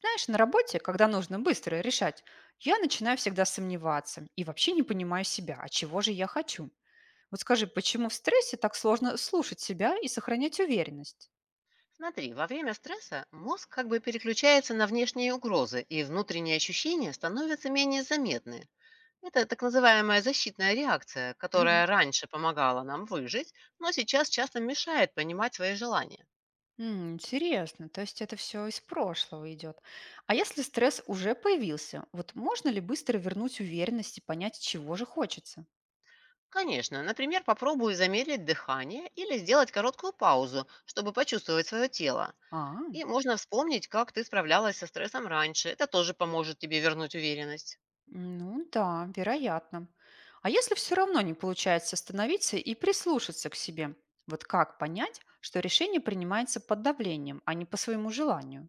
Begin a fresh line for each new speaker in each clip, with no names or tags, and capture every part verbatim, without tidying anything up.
Знаешь, на работе, когда нужно быстро решать, я начинаю всегда сомневаться и вообще не понимаю себя, а чего же я хочу. Вот скажи, почему в стрессе так сложно слушать себя и сохранять уверенность?
Смотри, во время стресса мозг как бы переключается на внешние угрозы, и внутренние ощущения становятся менее заметны. Это так называемая защитная реакция,
Мгм.
которая раньше помогала нам выжить, но сейчас часто мешает понимать свои желания.
М, Интересно, то есть это все из прошлого идет. А если стресс уже появился, вот можно ли быстро вернуть уверенность и понять, чего же хочется?
Конечно, например, попробуй замедлить дыхание или сделать короткую паузу, чтобы почувствовать свое тело.
А,
И можно вспомнить, как ты справлялась со стрессом раньше. Это тоже поможет тебе вернуть уверенность.
ну да, вероятно. А если все равно не получается остановиться и прислушаться к себе, вот как понять, что решение принимается под давлением, а не по своему желанию?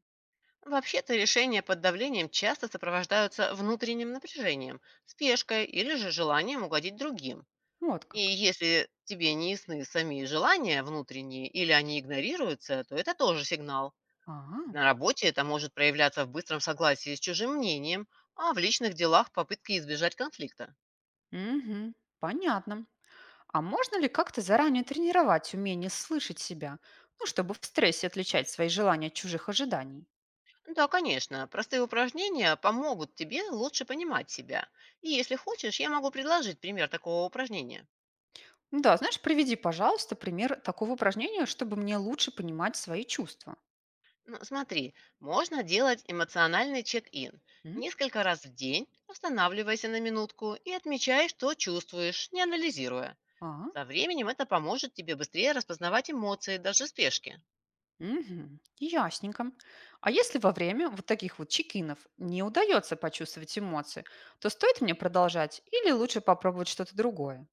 Вообще-то решения под давлением часто сопровождаются внутренним напряжением, спешкой или же желанием угодить другим.
Вот
И
как.
если тебе не ясны сами желания внутренние или они игнорируются, то это тоже сигнал.
Ага,
На работе это может проявляться в быстром согласии с чужим мнением, а в личных делах попытки избежать конфликта.
мгм, понятно. А можно ли как-то заранее тренировать умение слышать себя, ну, чтобы в стрессе отличать свои желания от чужих ожиданий?
Да, конечно, простые упражнения помогут тебе лучше понимать себя. И если хочешь, я могу предложить пример такого упражнения.
Да, знаешь, приведи, пожалуйста, пример такого упражнения, чтобы мне лучше понимать свои чувства.
Ну, смотри, можно делать эмоциональный чек-ин.
М?
Несколько раз в день останавливайся на минутку и отмечай, что чувствуешь, не анализируя.
А?
Со временем это поможет тебе быстрее распознавать эмоции, даже в спешке.
Мгм. Ясненько. А если во время вот таких вот чекинов не удается почувствовать эмоции, то стоит мне продолжать или лучше попробовать что-то другое?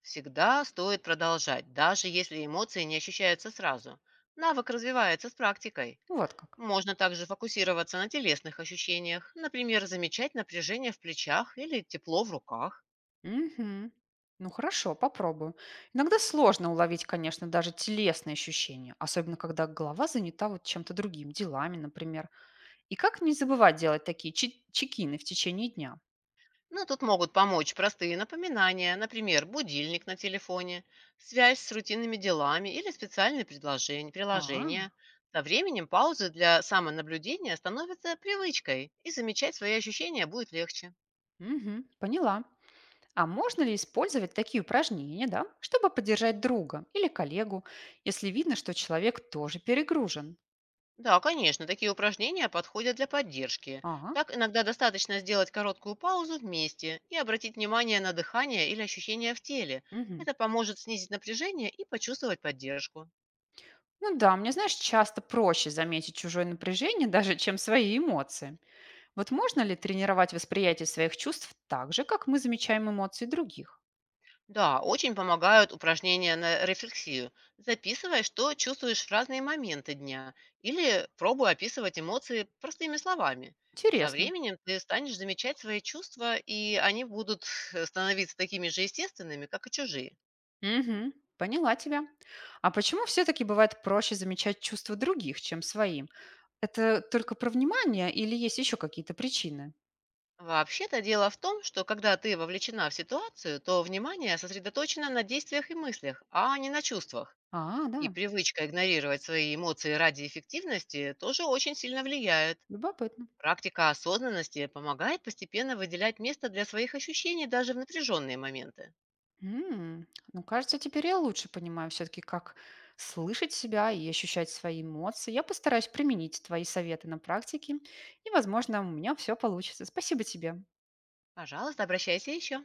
Всегда стоит продолжать, даже если эмоции не ощущаются сразу. Навык развивается с практикой.
Вот как.
Можно также фокусироваться на телесных ощущениях, например, замечать напряжение в плечах или тепло в руках.
Мгм. Ну, хорошо, попробую. Иногда сложно уловить, конечно, даже телесные ощущения, особенно когда голова занята вот чем-то другим, делами, например. И как не забывать делать такие чи- чекины в течение дня?
Ну, тут могут помочь простые напоминания, например, будильник на телефоне, связь с рутинными делами или специальные предложень-
А,
приложения. Со временем паузы для самонаблюдения становятся привычкой, и замечать свои ощущения будет легче.
мгм, поняла. А можно ли использовать такие упражнения, да, чтобы поддержать друга или коллегу, если видно, что человек тоже перегружен?
Да, конечно, такие упражнения подходят для поддержки.
Ага,
Так иногда достаточно сделать короткую паузу вместе и обратить внимание на дыхание или ощущения в теле.
мгм.
Это поможет снизить напряжение и почувствовать поддержку.
Ну да, мне, знаешь, часто проще заметить чужое напряжение даже, чем свои эмоции. Вот можно ли тренировать восприятие своих чувств так же, как мы замечаем эмоции других?
Да, очень помогают упражнения на рефлексию. Записывай, что чувствуешь в разные моменты дня, или пробуй описывать эмоции простыми словами. И со
Интересно.
временем ты станешь замечать свои чувства, и они будут э, становиться такими же естественными, как и чужие.
Угу, поняла тебя. А почему все-таки бывает проще замечать чувства других, чем своим? Это только про внимание или есть еще какие-то причины?
Вообще-то дело в том, что когда ты вовлечена в ситуацию, то внимание сосредоточено на действиях и мыслях, а не на чувствах.
А, да.
И привычка игнорировать свои эмоции ради эффективности тоже очень сильно влияет.
Любопытно.
Практика осознанности помогает постепенно выделять место для своих ощущений даже в напряженные моменты.
М, Ну, кажется, теперь я лучше понимаю все-таки, как слышать себя и ощущать свои эмоции. Я постараюсь применить твои советы на практике, и, возможно, у меня все получится. Спасибо тебе.
Пожалуйста, обращайся еще.